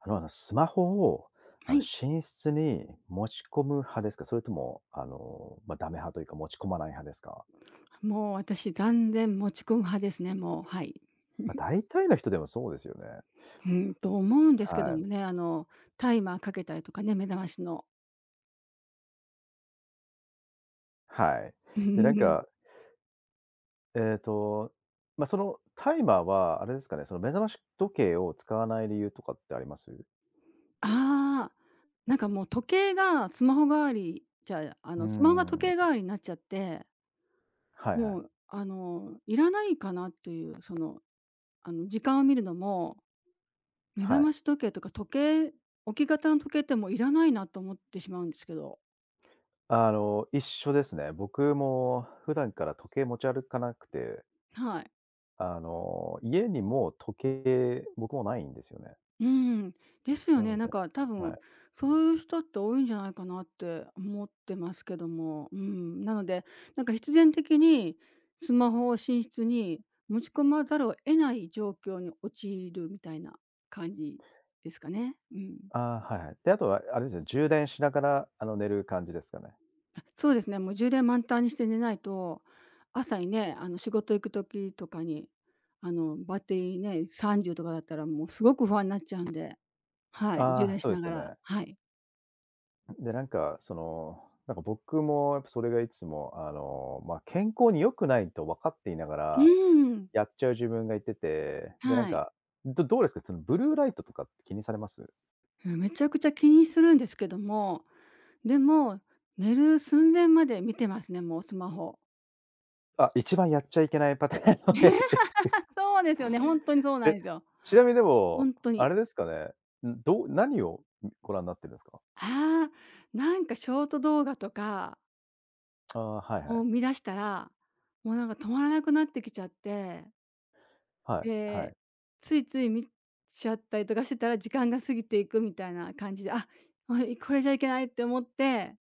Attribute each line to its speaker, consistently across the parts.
Speaker 1: スマホを、
Speaker 2: はい。
Speaker 1: 寝室に持ち込む派ですか？それとも、ま、ダメ派というか、持ち込まない派ですか？
Speaker 2: もう私断然持ち込む派ですね、もう、はい。
Speaker 1: ま、大体の人でもそうですよね。
Speaker 2: うん、と思うんですけど
Speaker 1: はい。
Speaker 2: もね、タイマーかけたりとかね、目覚ましの。
Speaker 1: はい。で、なん か、えっと、ま、そのタイマーはあれですかね、その目覚まし時計を使わない理由とかってあります？
Speaker 2: ああ、なんかもう時計がスマホ代わりじゃあ、
Speaker 1: うー
Speaker 2: スマホが時
Speaker 1: ん。
Speaker 2: 計代わりになっちゃって、
Speaker 1: はいは
Speaker 2: も
Speaker 1: い。
Speaker 2: う、いらないかなっていう、時間を見るのも、目覚
Speaker 1: は
Speaker 2: ま
Speaker 1: い。
Speaker 2: し時計とか計置き型の時計ってもういらないなと思ってしまうんですけど。
Speaker 1: あの、一緒ですね。僕も普段から時計持ち歩かなくて、
Speaker 2: はい。
Speaker 1: あの、家にもう時計、僕もないんですよね。
Speaker 2: うん、ですよ
Speaker 1: な
Speaker 2: ね。
Speaker 1: の
Speaker 2: なん
Speaker 1: で、
Speaker 2: か多
Speaker 1: は
Speaker 2: 分、
Speaker 1: い。
Speaker 2: そういう人って多いんじゃないかなって思ってますけども、うん。なので、なんか必然的にスマホを寝室に持ち込まざるを得ない状況に陥るみたいな感じですかね。うん。
Speaker 1: ああ、はいはい。で、あとはあれですね、充電しながら、あの、寝る感じですかね。
Speaker 2: そうですね、もう充電満タンにして寝ないと、朝にね、仕事行く時とかに、バッテリーね、30とかだったらもうすごく不安になっちゃうんで、はい、充
Speaker 1: ああ、
Speaker 2: 電
Speaker 1: そ
Speaker 2: し
Speaker 1: うで
Speaker 2: な
Speaker 1: す
Speaker 2: が
Speaker 1: よ
Speaker 2: ら
Speaker 1: ね。
Speaker 2: はい。
Speaker 1: で、なんか、その、なんか僕もやっぱそれがいつも、あの、まあ、健康に良くないと分かっていなが
Speaker 2: う
Speaker 1: ら、
Speaker 2: ん、
Speaker 1: やっちゃう自分がいてて、で、なん
Speaker 2: はい。
Speaker 1: か、うですか、そのブルーライトとかって気にされます？
Speaker 2: うん、めちゃくちゃ気にするんですけども、でも、寝る寸前まで見てますね、もうスマホ。
Speaker 1: あ、一番やっちゃいけないパターンをやって、
Speaker 2: そうですよね、本当にそうなん
Speaker 1: え、
Speaker 2: ですよ。
Speaker 1: ちなみにでも、
Speaker 2: 本当
Speaker 1: あ
Speaker 2: に。
Speaker 1: れですかね、ん、何を、ご覧になってるんですか？
Speaker 2: ああ、なんかショート動画とか
Speaker 1: ああ、はいは
Speaker 2: を
Speaker 1: い。
Speaker 2: 見出したら、もうなんか止まらなくなってきちゃって、
Speaker 1: はいは
Speaker 2: で、
Speaker 1: い。
Speaker 2: ついつい見ちゃったりとかしてたら時間が過ぎていくみたいな感じで、これじゃいけないって思って、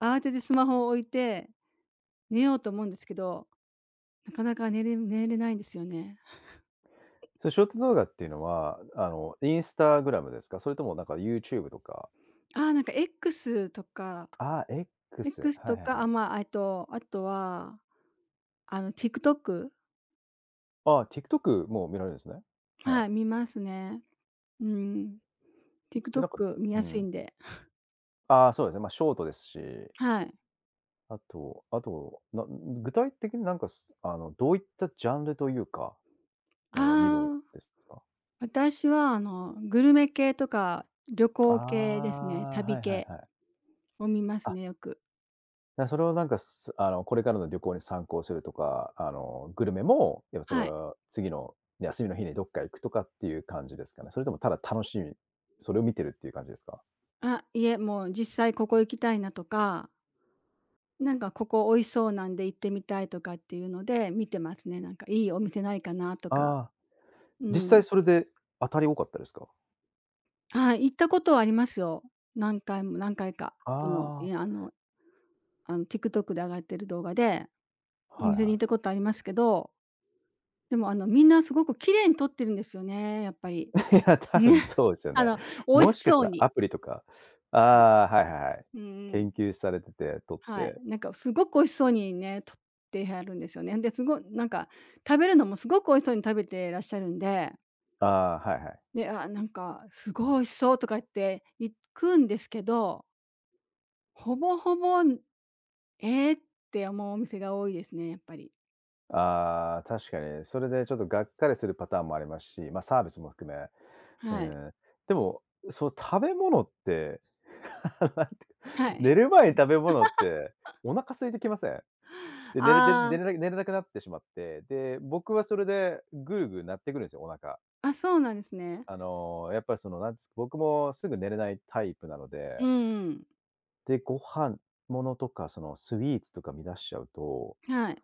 Speaker 2: 慌ててスマホを置いて寝ようと思うんですけど、なかなか寝れないんですよね。
Speaker 1: それショート動画っていうのは、あの、インスタグラムですか？それともなんか YouTube とか。
Speaker 2: ああ、なんか X とか、
Speaker 1: ああ、X、はいはいは
Speaker 2: あ、
Speaker 1: い。
Speaker 2: まあ、あとは、TikTok、
Speaker 1: ああ、TikTok も見られるんですね。
Speaker 2: はい、
Speaker 1: は
Speaker 2: 見ますね。うん。
Speaker 1: い。で、なんか
Speaker 2: TikTok 見
Speaker 1: う
Speaker 2: やすい
Speaker 1: ん。
Speaker 2: んで。
Speaker 1: ああ、そうですね、まあ、ショートですし、
Speaker 2: はい。
Speaker 1: あと、な具体的になんか、あの、どういったジャンルというか、あの、見るん
Speaker 2: ああ、
Speaker 1: ですか？
Speaker 2: 私はグルメ系とか旅行系
Speaker 1: あ
Speaker 2: ですね、
Speaker 1: あ、
Speaker 2: 旅
Speaker 1: はいはい
Speaker 2: 系
Speaker 1: はい。
Speaker 2: を見ます
Speaker 1: あ、
Speaker 2: ね、よく。
Speaker 1: だ、それをなんか、あの、これからの旅行に参考するとか、あの、グルメも、やっぱそれ
Speaker 2: はい。
Speaker 1: は次の休みの日にどっか行くとかっていう感じですかね？それともただ楽しみ、それを見てるっていう感じですか？
Speaker 2: あ、いえ、もう実際ここ行きたいなとか、なんかここ美味しそうなんで行ってみたいとかっていうので見てますね。なんかいいお店ないかなとか。
Speaker 1: ああ、
Speaker 2: う
Speaker 1: 実
Speaker 2: ん。
Speaker 1: 際それで当たり多かったですか？
Speaker 2: はい、行ったことはありますよ。何回も何回か。その、い
Speaker 1: あ
Speaker 2: や、あのあの TikTok で上がってる動画で、
Speaker 1: あ、
Speaker 2: お
Speaker 1: はい
Speaker 2: 店に行っ
Speaker 1: は
Speaker 2: たことありますけど、でもあのみんなすごく綺麗に撮ってるんですよね、やっぱり。
Speaker 1: い。いや、多
Speaker 2: ね。
Speaker 1: 分そうです よ
Speaker 2: あ
Speaker 1: ね。
Speaker 2: の美味
Speaker 1: も
Speaker 2: し
Speaker 1: しかし
Speaker 2: そ
Speaker 1: た
Speaker 2: う
Speaker 1: ら
Speaker 2: に。
Speaker 1: アプリとか、ああ、はいはいはい。
Speaker 2: うんうん。
Speaker 1: 研究されてて、撮っ
Speaker 2: はい。
Speaker 1: て。
Speaker 2: なんかすごく美味しそうにね、撮ってはるんですよね。で、すごいなんか食べるのもすごく美味しそうに食べてらっしゃるんで、
Speaker 1: ああ、はいはい。
Speaker 2: で、あ、なんかすごい美味しそうとか言って行くんですけど、ほぼほぼええ！って思うお店が多いですね、やっぱり。
Speaker 1: ああ、確かにそれでちょっとがっかりするパターンもありますし、ま、サービスも含め、う
Speaker 2: はい。
Speaker 1: ん。でも、そう、食べ物って、
Speaker 2: はい。
Speaker 1: 寝る前に食べ物って、お腹空いてきません？で、
Speaker 2: ああ、
Speaker 1: 寝れなくなってしまって、で、僕はそれでぐるぐるなってくるんですよ、お腹。
Speaker 2: あ、そうなんですね。
Speaker 1: あの、やっぱりその、なんですか僕もすぐ寝れないタイプなの
Speaker 2: う
Speaker 1: で、
Speaker 2: んうん。
Speaker 1: で、ものとか、そのスイーツとか乱しちゃうと、
Speaker 2: はい。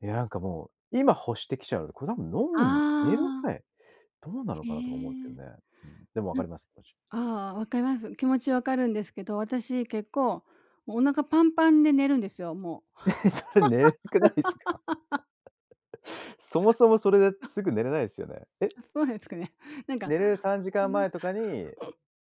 Speaker 1: いや、なんかもう、今欲してきちゃうので、これ多分
Speaker 2: あ
Speaker 1: 脳に寝る
Speaker 2: あ、
Speaker 1: 前、どうなの
Speaker 2: へ
Speaker 1: かなとか思うんですけど
Speaker 2: え。
Speaker 1: ね。うん、でもわ
Speaker 2: な
Speaker 1: か
Speaker 2: ん
Speaker 1: ります、気持ち。
Speaker 2: ああ、わかります。気持ちわかるんですけど、私結構、もうお腹パンパンで寝るんですよ、もう。
Speaker 1: それ寝れなくないですか？そもそもそれですぐ寝れないですよね。え、
Speaker 2: あ、そうなんですかね。なんか
Speaker 1: 寝る3時
Speaker 2: な
Speaker 1: 間
Speaker 2: ん
Speaker 1: 前
Speaker 2: か、
Speaker 1: とかに、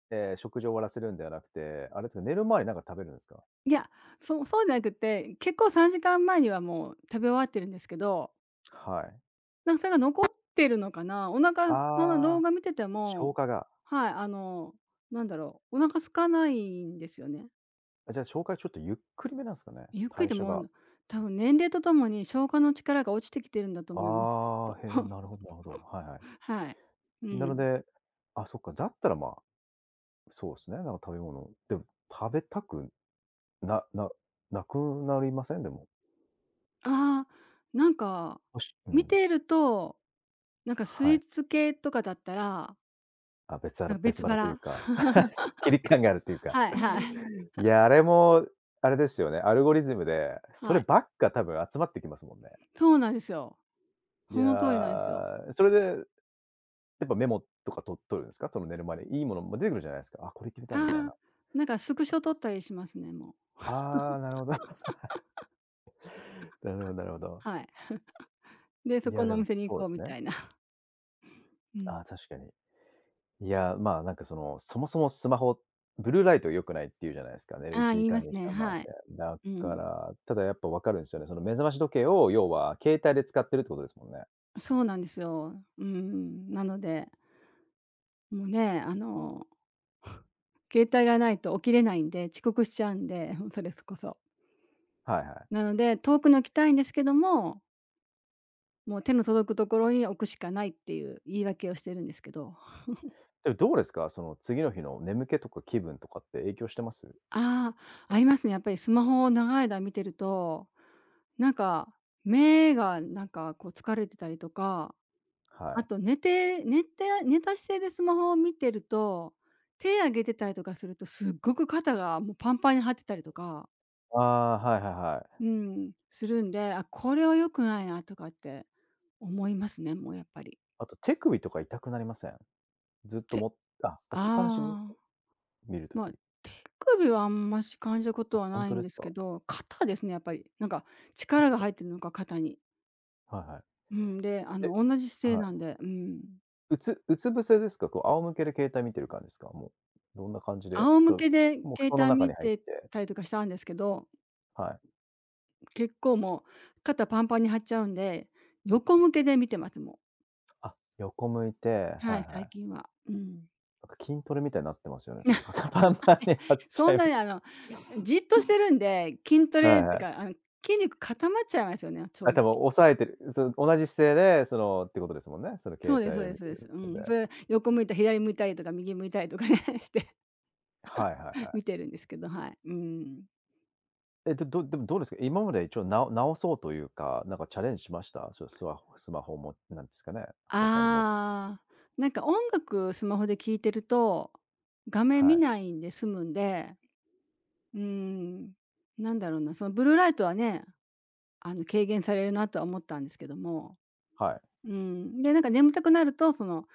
Speaker 1: ええ、食事を終わらせるんではなくて、あれですか、寝る前になんか食べるんですか？
Speaker 2: いや、そうじゃなくて、結構3時間前にはもう食べ終わってるんですけど
Speaker 1: はい。
Speaker 2: なんかそれが残ってるのかな。お腹その動
Speaker 1: ああ、
Speaker 2: 画見てて
Speaker 1: 消
Speaker 2: も、
Speaker 1: 化が。
Speaker 2: はい、なんだろう、お腹空かないんですよね。
Speaker 1: あ、じゃあ消化ちょっとゆっくりめなんすかね、
Speaker 2: ゆっくり
Speaker 1: 代
Speaker 2: で
Speaker 1: 謝
Speaker 2: も
Speaker 1: が。
Speaker 2: 多分年齢とともに消化の力が落ちてきてるんだと思います、きっ
Speaker 1: あ
Speaker 2: と。
Speaker 1: あ、へえ、なるほどなるほど。はいはい。
Speaker 2: はい。う
Speaker 1: なの
Speaker 2: ん。
Speaker 1: で、あ、そっか、だったら、まあ、そうですね、なんか食べ物、でも食べたくなななくなりません？でも。
Speaker 2: ああ、なんか、
Speaker 1: もしう
Speaker 2: 見
Speaker 1: ん、
Speaker 2: てると、なんかス
Speaker 1: は
Speaker 2: イ
Speaker 1: い。
Speaker 2: ーツ系とかだったら、
Speaker 1: あ、別
Speaker 2: な
Speaker 1: 腹
Speaker 2: んか
Speaker 1: 別
Speaker 2: 別
Speaker 1: 腹という
Speaker 2: 腹。
Speaker 1: か、すっきり感があるというか。
Speaker 2: はいはい。
Speaker 1: いや、あれも、あれですよね、アルゴリズムで、そ
Speaker 2: は
Speaker 1: れ
Speaker 2: い。
Speaker 1: ばっか多分集まってきますもんね。
Speaker 2: そうなんですよ。
Speaker 1: い
Speaker 2: その通りなんですよ。
Speaker 1: や、それで、やっぱメモとかと取るんですか？その寝る前にいいものも出てくるじゃないですか。あ、これ決めたみたい
Speaker 2: あ
Speaker 1: な。
Speaker 2: あ、なんかスクショ撮ったりしますね、もう。
Speaker 1: ああ、なるほど。なるほどなるほど。
Speaker 2: はい。で、
Speaker 1: い
Speaker 2: そこ
Speaker 1: や、で
Speaker 2: のお
Speaker 1: も
Speaker 2: 店に行
Speaker 1: そう
Speaker 2: こ
Speaker 1: で
Speaker 2: う
Speaker 1: す
Speaker 2: み
Speaker 1: ね。
Speaker 2: たいな。う
Speaker 1: ああ、
Speaker 2: ん。
Speaker 1: 確かに。いや、まあ、なんかその、そもそもスマホ、ブルーライト良くないっていうじゃないですかね、寝る
Speaker 2: ああ、
Speaker 1: 1
Speaker 2: 言い
Speaker 1: 時
Speaker 2: ま
Speaker 1: 間、
Speaker 2: す
Speaker 1: 2
Speaker 2: ね。
Speaker 1: 時間前で。
Speaker 2: はい。
Speaker 1: だ
Speaker 2: う
Speaker 1: か
Speaker 2: ん。
Speaker 1: ら、ただやっぱ分かるんすよね。その目覚まし時計を要は携帯で使ってるってことですもんね。
Speaker 2: そうなんですよ。うん。なので、もうね、携帯がないと起きれないんで、遅刻しちゃうんで、ほんそれこそ。
Speaker 1: はいはい。
Speaker 2: なので、遠くに置きたいんですけども、もう手の届くところに置くしかないっていう言い訳をしてるんですけど。
Speaker 1: でもどうですか？その次の日の眠気とか気分とかって影響してます？
Speaker 2: ああ、ありますね。やっぱりスマホを長い間見てると、なんか、目がなんかこう疲れてたりとか
Speaker 1: は
Speaker 2: あ
Speaker 1: い。
Speaker 2: と寝た姿勢でスマホを見てると、手上げてたりとかすると、すっごく肩がもうパンパンに張ってたりとか、
Speaker 1: ああ、はいはいはい。
Speaker 2: うん、するんで、あ、これは良くないなとかって思いますね、もうやっぱり。
Speaker 1: あと手首とか痛くなりません？ずっと
Speaker 2: て
Speaker 1: もっ、あ、置きっぱなしですか？
Speaker 2: ああ、
Speaker 1: 見る
Speaker 2: まあ、
Speaker 1: 時。
Speaker 2: 手首はあんまし感じたこ
Speaker 1: あ、
Speaker 2: とは
Speaker 1: ほん
Speaker 2: な
Speaker 1: と
Speaker 2: いん
Speaker 1: で
Speaker 2: で
Speaker 1: す
Speaker 2: す
Speaker 1: か？
Speaker 2: けど、肩ですね、やっぱり。なんか
Speaker 1: はっ
Speaker 2: 力が
Speaker 1: た。
Speaker 2: 入ってるのか、肩に。
Speaker 1: はいはい。
Speaker 2: うん、で、
Speaker 1: え、
Speaker 2: 同じ姿勢
Speaker 1: は
Speaker 2: な
Speaker 1: い。
Speaker 2: んで、うん。
Speaker 1: うつうつ伏せですか？こう仰向けで携帯見てる感じですか？もう、どんな感じで、
Speaker 2: 仰向
Speaker 1: そ
Speaker 2: けで
Speaker 1: う、もう布
Speaker 2: 携
Speaker 1: 団の
Speaker 2: 帯
Speaker 1: 中
Speaker 2: 見
Speaker 1: に入っ
Speaker 2: て
Speaker 1: て、
Speaker 2: たりとかしたんですけど
Speaker 1: はい。
Speaker 2: 結構もう、肩パンパンに張っちゃうんで、横向けで見てます、もう。
Speaker 1: あ、横向いて、はい
Speaker 2: はい、最
Speaker 1: はい。
Speaker 2: 近は。うん。
Speaker 1: なんか筋トレみたいになってますよね、それ。肩パンマンに貼っち
Speaker 2: そ
Speaker 1: ゃ
Speaker 2: ん
Speaker 1: い
Speaker 2: な
Speaker 1: ま
Speaker 2: に
Speaker 1: す。
Speaker 2: じっとしてるんで、筋ト
Speaker 1: は
Speaker 2: レ
Speaker 1: い
Speaker 2: って
Speaker 1: はい。
Speaker 2: か、筋肉固まっちゃいますよね、正
Speaker 1: あ、
Speaker 2: 直。
Speaker 1: 多分抑えてる。その同じ姿勢で、そのってことですもんね。その
Speaker 2: そう
Speaker 1: 携
Speaker 2: ですそう
Speaker 1: 帯を
Speaker 2: です
Speaker 1: 見
Speaker 2: そう
Speaker 1: て
Speaker 2: です。
Speaker 1: る
Speaker 2: う
Speaker 1: ので。
Speaker 2: ん。それ、横向いた、左向いたりとか、右向いたりとかね、して
Speaker 1: はいはいは
Speaker 2: 見
Speaker 1: い。
Speaker 2: てるんですけど、はい。うん。
Speaker 1: え、でもどうですか？今まで一応なお直そうというか、なんかチャレンジしました？そうスマホもなんですかね、他にも
Speaker 2: ああ、なんか音楽スマホで聴いてると、画面
Speaker 1: は
Speaker 2: 見
Speaker 1: い、
Speaker 2: ないんで済むんで、うーん、なんだろうな、そのブルーライトはね軽減されるなとは思ったんですけども。
Speaker 1: はい。
Speaker 2: うん。で、なんか眠たくなると、その、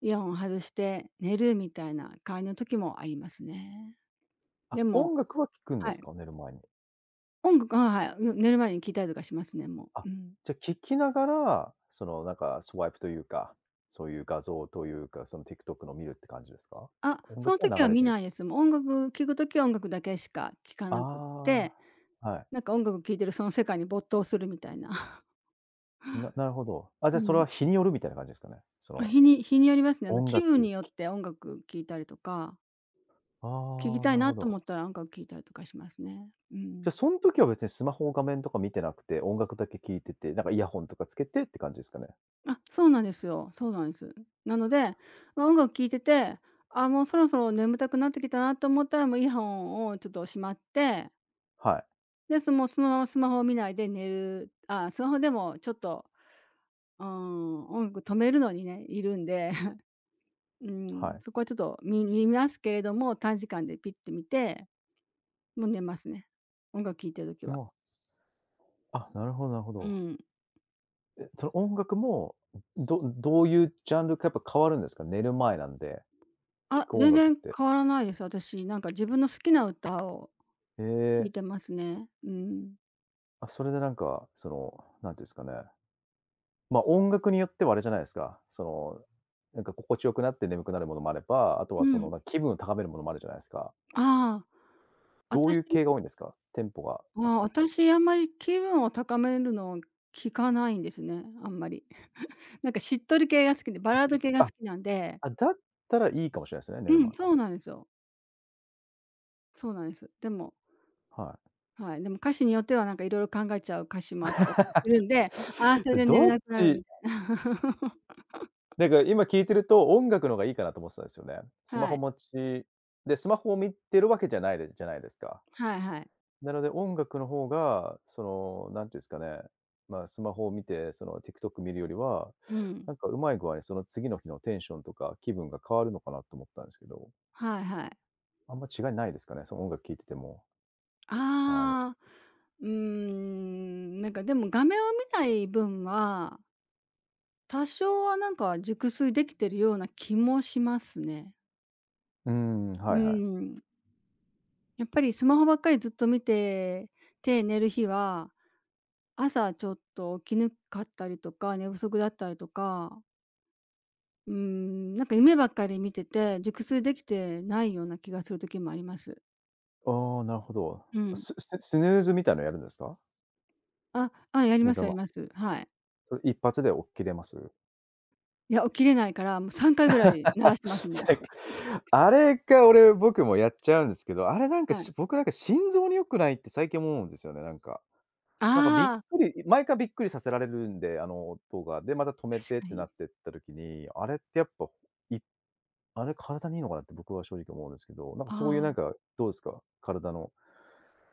Speaker 2: イヤホンを外して寝るみたいな感じの時もありますね。で
Speaker 1: あ、
Speaker 2: も
Speaker 1: 音楽は聴くん
Speaker 2: は
Speaker 1: です
Speaker 2: い。
Speaker 1: か？寝る前に。
Speaker 2: 音楽ははい。寝る前に聞いたりとかしますね、も
Speaker 1: あ、
Speaker 2: う。うん。
Speaker 1: じゃ、聴きながら、そのなんかスワイプというか、そういう画像というか、その TikTok の見るって感じですか？
Speaker 2: あ、
Speaker 1: 音
Speaker 2: その
Speaker 1: 楽が
Speaker 2: 時は
Speaker 1: 流れ
Speaker 2: 見
Speaker 1: てる。
Speaker 2: ないです。もう音楽聴く時は音楽だけしか聴か
Speaker 1: あ
Speaker 2: なくって、
Speaker 1: あ、は
Speaker 2: な
Speaker 1: い。
Speaker 2: んか音楽聴いてるその世界に没頭するみたいな。
Speaker 1: ななるほど。あ、じ
Speaker 2: う
Speaker 1: ゃ、それ
Speaker 2: ん。
Speaker 1: は日によるみたいな感じですかね？そ
Speaker 2: まあ、
Speaker 1: の
Speaker 2: 日によりますね。
Speaker 1: 音
Speaker 2: 気
Speaker 1: 楽。
Speaker 2: 分によって音楽聴いたりとか、聴き
Speaker 1: ああ、
Speaker 2: た
Speaker 1: な
Speaker 2: い
Speaker 1: る
Speaker 2: な
Speaker 1: ほ
Speaker 2: と思
Speaker 1: ど。
Speaker 2: ったら音楽聴いたりとかしますね。うん。
Speaker 1: じゃあ、そん時は別にスマホの画面とか見てなくて、音楽だけ聴いてて、なんかイヤホンとかつけてって感じですかね？
Speaker 2: あ、そうなんですよ。そうなんです。なので、まあ、音楽聴いてて、あ、もうそろそろ眠たくなってきたなと思ったら、もうイヤホンをちょっとしまって、
Speaker 1: はい、
Speaker 2: で、そのままスマホを見ないで寝る、あ、スマホでもちょっと、うん、音楽止めるのにね、いるんで、う
Speaker 1: は
Speaker 2: ん、
Speaker 1: い。
Speaker 2: そこはちょっと見ますけれども、短時間でピッて見て、もう寝ますね。音楽聴いてる時
Speaker 1: も
Speaker 2: は。
Speaker 1: う、あ、なるほどなるほ
Speaker 2: う
Speaker 1: ど。
Speaker 2: ん。
Speaker 1: え、その音楽も、ういうジャンルかやっぱ変わるんですか？寝る前なんで、聴
Speaker 2: あ、
Speaker 1: く音
Speaker 2: 全
Speaker 1: 楽っ
Speaker 2: 然
Speaker 1: て。
Speaker 2: 変わらないです、私。なんか自分の好きな歌を
Speaker 1: え
Speaker 2: 聴い
Speaker 1: え、
Speaker 2: てますね。うん。
Speaker 1: あ、それでなんか、その、なんていうんですかね、まあ、音楽によってはあれじゃないですか、その、なんか心地よくなって眠くなるものもあれば、あと
Speaker 2: う
Speaker 1: はそ
Speaker 2: ん。
Speaker 1: の、なんか気分を高めるものもあるじゃないですか。
Speaker 2: ああ、
Speaker 1: どうい
Speaker 2: 私
Speaker 1: う系が多いんですか？テンポが、
Speaker 2: あ
Speaker 1: なん
Speaker 2: あ、
Speaker 1: か。
Speaker 2: 私あんまり気分を高めるのを聞かないんですね、あんまり。なんかしっとり系が好きで、バラード
Speaker 1: え。
Speaker 2: 系が好
Speaker 1: あ、
Speaker 2: きなんで
Speaker 1: あ、だったらいいかもしれないですね、寝る
Speaker 2: うん、
Speaker 1: 前。
Speaker 2: そうなんですよ。そうなんです。でも
Speaker 1: はい。
Speaker 2: はい、でも歌詞によってはなんかいろいろ考えちゃう歌詞もあったりとかするんで、ああ、それ
Speaker 1: それ
Speaker 2: で寝れ
Speaker 1: どっ
Speaker 2: なくなるみ
Speaker 1: ち
Speaker 2: たいな。
Speaker 1: なんか今聞いてると、音楽のがいいかなと思ってたんですよね。スマ
Speaker 2: は
Speaker 1: ホ
Speaker 2: い。
Speaker 1: 持ちで、スマホを見てるわけじゃないでじゃないですか。
Speaker 2: はいはい。
Speaker 1: なので音楽の方が、その、なんていうんですかね、まあ、スマホを見て、その TikTok 見るよりは、
Speaker 2: うん。
Speaker 1: なんかうまい具合にその次の日のテンションとか気分が変わるのかなと思ったんですけど、
Speaker 2: はいはい。
Speaker 1: あんま違いないですかね、その音楽聴いてても。あ
Speaker 2: ああ、うーん、なんかでも画面を見ない分は多少はなんか熟睡できてるような気もしますね。
Speaker 1: のうーん、
Speaker 2: う
Speaker 1: はいはい。
Speaker 2: ん。やっぱりスマホばっかりずっと見てて、寝る日は、朝ちょっと起きぬかったりとか、寝不足だったりとか、うん、なんか夢ばっかり見てて、熟睡できてないような気がする時もあります。
Speaker 1: ああ、なるほど。
Speaker 2: うん。
Speaker 1: スヌーズみたいのやるんですか？
Speaker 2: あ、あ、やり
Speaker 1: 目
Speaker 2: ます
Speaker 1: 覚
Speaker 2: やり
Speaker 1: ま
Speaker 2: ま
Speaker 1: し。
Speaker 2: す。はい。
Speaker 1: それ一発で起きれます？
Speaker 2: いや、起きれないから、もう3回ぐらい
Speaker 1: あ、
Speaker 2: 鳴ら してます、も
Speaker 1: さ
Speaker 2: う。
Speaker 1: っきあれが僕もやっちゃうんですけど、あれなんか、
Speaker 2: はい。
Speaker 1: 僕なんか心臓に良くないって最近思うんですよね、なんか。なんかびっ
Speaker 2: ああ、
Speaker 1: くり毎回びっくりさせられるんで、あの音が。で、また止め
Speaker 2: 確
Speaker 1: てっ
Speaker 2: か
Speaker 1: てな
Speaker 2: に。
Speaker 1: ってった時に、あれってやっぱ、いあれ体にいいのかなって僕は正直思うんですけど、なんかそういう
Speaker 2: あ
Speaker 1: なん
Speaker 2: あ。
Speaker 1: か、どうですか？体の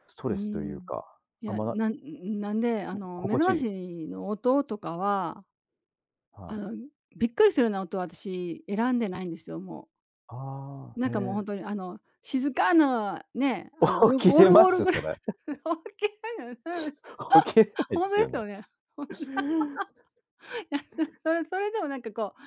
Speaker 1: スト
Speaker 2: うー
Speaker 1: レスという
Speaker 2: ん。
Speaker 1: か、
Speaker 2: い
Speaker 1: あん
Speaker 2: や、
Speaker 1: まな
Speaker 2: なんなんで、目
Speaker 1: 心
Speaker 2: 覚
Speaker 1: 地い
Speaker 2: ま
Speaker 1: いです？
Speaker 2: しの音とかは、あ
Speaker 1: はい。
Speaker 2: の、びっくりするような音は私選んでないんですよ、もう。
Speaker 1: あ
Speaker 2: な
Speaker 1: あ、
Speaker 2: ん
Speaker 1: へ
Speaker 2: かもうほんと
Speaker 1: え。
Speaker 2: に、静かなね、オル
Speaker 1: 起き
Speaker 2: オ
Speaker 1: れ
Speaker 2: ル
Speaker 1: ま
Speaker 2: ゴール
Speaker 1: す？
Speaker 2: ぐら
Speaker 1: そ
Speaker 2: い
Speaker 1: れ。
Speaker 2: の大きいの、うん、
Speaker 1: 起きれないっ
Speaker 2: ほんと
Speaker 1: す
Speaker 2: で
Speaker 1: よ
Speaker 2: すよ
Speaker 1: ね。
Speaker 2: ね。ほんとに、それでもなんかこう、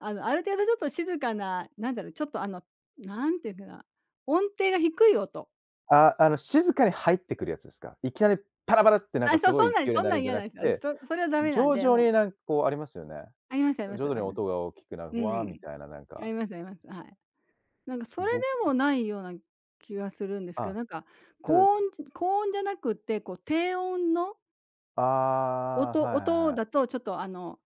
Speaker 2: ある程度ちょっと静かな、なんだろう、ちょっとなんていうかな、音程が低い音。
Speaker 1: あ、あの、静かに入ってくるやつですか？いきなりパラパラってなん
Speaker 2: あ、
Speaker 1: か
Speaker 2: そ
Speaker 1: す
Speaker 2: う、
Speaker 1: ご
Speaker 2: そん
Speaker 1: い
Speaker 2: なん
Speaker 1: 勢いに
Speaker 2: そん
Speaker 1: な
Speaker 2: な
Speaker 1: る
Speaker 2: ん
Speaker 1: んじゃ
Speaker 2: 嫌な
Speaker 1: なく
Speaker 2: んですよ。私
Speaker 1: て、
Speaker 2: そそれはダメなん
Speaker 1: 徐
Speaker 2: で、
Speaker 1: 々
Speaker 2: もう。
Speaker 1: になんこうありますよね。
Speaker 2: ありますあり
Speaker 1: 徐
Speaker 2: ます
Speaker 1: 々
Speaker 2: あ
Speaker 1: に
Speaker 2: ります。
Speaker 1: 音が大きくなる、
Speaker 2: うんう
Speaker 1: わあみ
Speaker 2: ん。
Speaker 1: たいななん
Speaker 2: あ
Speaker 1: か、
Speaker 2: りますあります。はい。なんかそれ
Speaker 1: 僕
Speaker 2: でもないような気がするんですけど、
Speaker 1: あ、
Speaker 2: なんか
Speaker 1: ちょっと
Speaker 2: 高音じゃなくて、こう低音の
Speaker 1: ああ、
Speaker 2: 音
Speaker 1: はいはい
Speaker 2: 音
Speaker 1: は
Speaker 2: だ
Speaker 1: い。
Speaker 2: とちょっと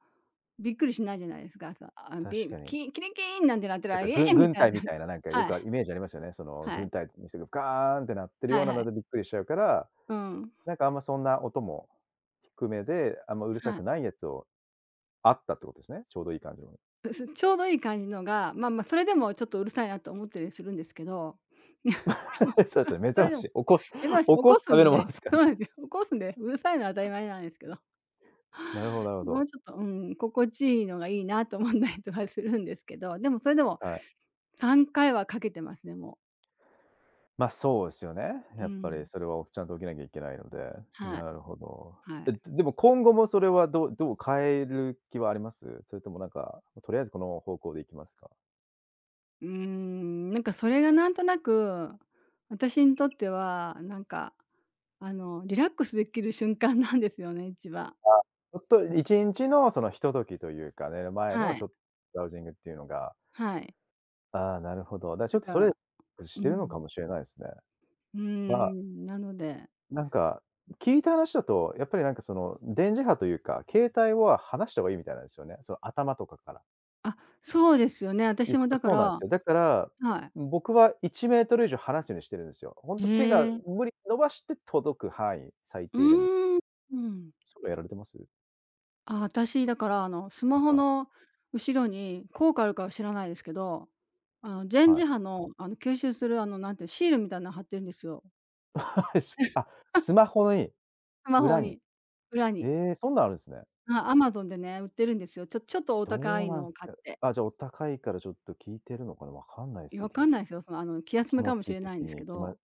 Speaker 2: びっくりしないじゃないですか。さあ、
Speaker 1: 確
Speaker 2: び
Speaker 1: かに。
Speaker 2: キキリキーンなんてなった
Speaker 1: なん
Speaker 2: ら、
Speaker 1: か
Speaker 2: イエ
Speaker 1: ぐ
Speaker 2: ーみ
Speaker 1: 軍
Speaker 2: たい
Speaker 1: 隊
Speaker 2: な。
Speaker 1: み たいな、なんかよ
Speaker 2: は
Speaker 1: く
Speaker 2: い、
Speaker 1: イメージありますよね。その
Speaker 2: はい、
Speaker 1: 軍隊の人がガーンってなってる
Speaker 2: は
Speaker 1: よう
Speaker 2: い
Speaker 1: な
Speaker 2: は
Speaker 1: のだ
Speaker 2: い。
Speaker 1: とびっくりしちゃうから、
Speaker 2: うん。
Speaker 1: なんかあんまそんな音も低めで、あんまうるさ
Speaker 2: はい。
Speaker 1: くないやつをあったってことですね、ちょうどいい感じの。
Speaker 2: ちょうどいい感じのが、まあまあ、それでもちょっとうるさいなと思ったりするんですけど、
Speaker 1: そうですね、目
Speaker 2: そ
Speaker 1: 覚
Speaker 2: れ
Speaker 1: ま
Speaker 2: で
Speaker 1: し、
Speaker 2: も、
Speaker 1: 起こす
Speaker 2: 目覚まし
Speaker 1: 起
Speaker 2: 起
Speaker 1: こ
Speaker 2: こ
Speaker 1: す
Speaker 2: す
Speaker 1: ため
Speaker 2: ん
Speaker 1: のも
Speaker 2: で
Speaker 1: のですから
Speaker 2: そうなん
Speaker 1: ね。
Speaker 2: ですよ。起こすんで、うるさいのは当たり前なんですけど。
Speaker 1: なるほどなるほ
Speaker 2: もう
Speaker 1: ど。
Speaker 2: ちょっと、うん、心地いいのがいいなと思ったりとかするんですけど、でもそれでも
Speaker 1: はい。
Speaker 2: 3回はかけてますね、も
Speaker 1: ま、そうですよね。
Speaker 2: う。う
Speaker 1: やっぱり
Speaker 2: ん。
Speaker 1: それはちゃんと起きなきゃいけないので、
Speaker 2: はい、
Speaker 1: なるほど。
Speaker 2: はい。
Speaker 1: え、でも今後もそれはどう変える気はあります？それともなんか、とりあえずこの方向でいきますか？
Speaker 2: なんかそれがなんとなく、私にとっては、リラックスできる瞬間なんですよね、一番。
Speaker 1: ちょっと1日のそのひとときというかね、寝る前
Speaker 2: は
Speaker 1: のち
Speaker 2: い、
Speaker 1: ょっとラウジングっていうのが、
Speaker 2: はい。
Speaker 1: ああ、なるほど。だ、ちょ
Speaker 2: だ
Speaker 1: っと
Speaker 2: か
Speaker 1: それ
Speaker 2: ら、
Speaker 1: し
Speaker 2: う
Speaker 1: てるの
Speaker 2: ん、
Speaker 1: かもしれないですね。まあ
Speaker 2: なので、
Speaker 1: なんか、聞いた話だと、やっぱりなんかその、電磁波というか、携帯は離した方がいいみたいなんですよね。その頭とかから。
Speaker 2: あ、そうですよね、
Speaker 1: で、
Speaker 2: 私も
Speaker 1: そ
Speaker 2: だか
Speaker 1: そう
Speaker 2: ら、
Speaker 1: なんですよ。だから、
Speaker 2: はい。
Speaker 1: 僕は1メートル以上離すようにしてるんですよ。ほん
Speaker 2: へ
Speaker 1: と手が
Speaker 2: え。
Speaker 1: 無理伸ばして届く範囲、最
Speaker 2: う
Speaker 1: 低でも。
Speaker 2: ーん、うん。
Speaker 1: そういうのやられてます？
Speaker 2: あ、私だから、ス
Speaker 1: な
Speaker 2: マ
Speaker 1: ん
Speaker 2: ホ
Speaker 1: か、
Speaker 2: の後ろに効果あるかは知らないですけど、電
Speaker 1: は
Speaker 2: 磁
Speaker 1: い。
Speaker 2: 波の、吸収する、なんてシールみたいなの貼ってるんですよ。
Speaker 1: しあ、スマホの
Speaker 2: スマホ
Speaker 1: 裏に。
Speaker 2: に、裏に。
Speaker 1: ええ、そんなんあるんすね。
Speaker 2: あ、アマゾンでね、売ってるんですよ。ちょっとお高
Speaker 1: どう
Speaker 2: い
Speaker 1: な
Speaker 2: の
Speaker 1: ん
Speaker 2: を
Speaker 1: す
Speaker 2: 買っ
Speaker 1: か。
Speaker 2: て。
Speaker 1: あ、じゃあお高いからちょっと効いてるのかな、わかんない
Speaker 2: い
Speaker 1: す
Speaker 2: や、
Speaker 1: け
Speaker 2: わか
Speaker 1: ど。
Speaker 2: んないですよ。その、気休
Speaker 1: 気
Speaker 2: めか
Speaker 1: 持
Speaker 2: もし
Speaker 1: ち
Speaker 2: れ
Speaker 1: 的
Speaker 2: ないんですけ
Speaker 1: に、きま
Speaker 2: ど、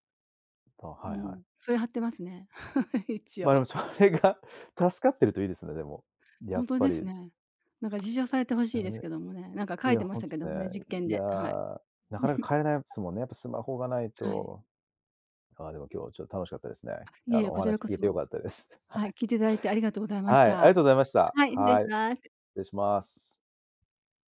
Speaker 1: あ、
Speaker 2: う
Speaker 1: はいは
Speaker 2: ん、
Speaker 1: い。
Speaker 2: それ貼ってますね。一
Speaker 1: まあ、で
Speaker 2: 応。
Speaker 1: もそれが 助かってるといいですね、でも。や
Speaker 2: 本
Speaker 1: っ
Speaker 2: 当
Speaker 1: ぱ
Speaker 2: です
Speaker 1: り。
Speaker 2: ね。なんか自重されてほし
Speaker 1: あ
Speaker 2: いです
Speaker 1: れ、
Speaker 2: けどもね、なんか
Speaker 1: い
Speaker 2: 書い
Speaker 1: や、
Speaker 2: てま
Speaker 1: ほ
Speaker 2: し
Speaker 1: ん
Speaker 2: た
Speaker 1: と
Speaker 2: けどもね、
Speaker 1: ね。
Speaker 2: 実験
Speaker 1: いや、
Speaker 2: で、はい。
Speaker 1: なかなか 変えれないですもんね、やっぱスマホがない
Speaker 2: はい。
Speaker 1: と。ああ、でも今日ちょっと楽しかったですね。
Speaker 2: あ、いえ
Speaker 1: あ
Speaker 2: いえ、
Speaker 1: の、お
Speaker 2: こちら
Speaker 1: 話聞
Speaker 2: こ
Speaker 1: けて
Speaker 2: そ。
Speaker 1: 良かったです。は
Speaker 2: はい、
Speaker 1: い。
Speaker 2: 聞いていただいてありがとうございまし
Speaker 1: はい、ありが
Speaker 2: た。
Speaker 1: とうございました。
Speaker 2: はい、失礼
Speaker 1: はい、
Speaker 2: し
Speaker 1: 失
Speaker 2: ます。
Speaker 1: 礼します。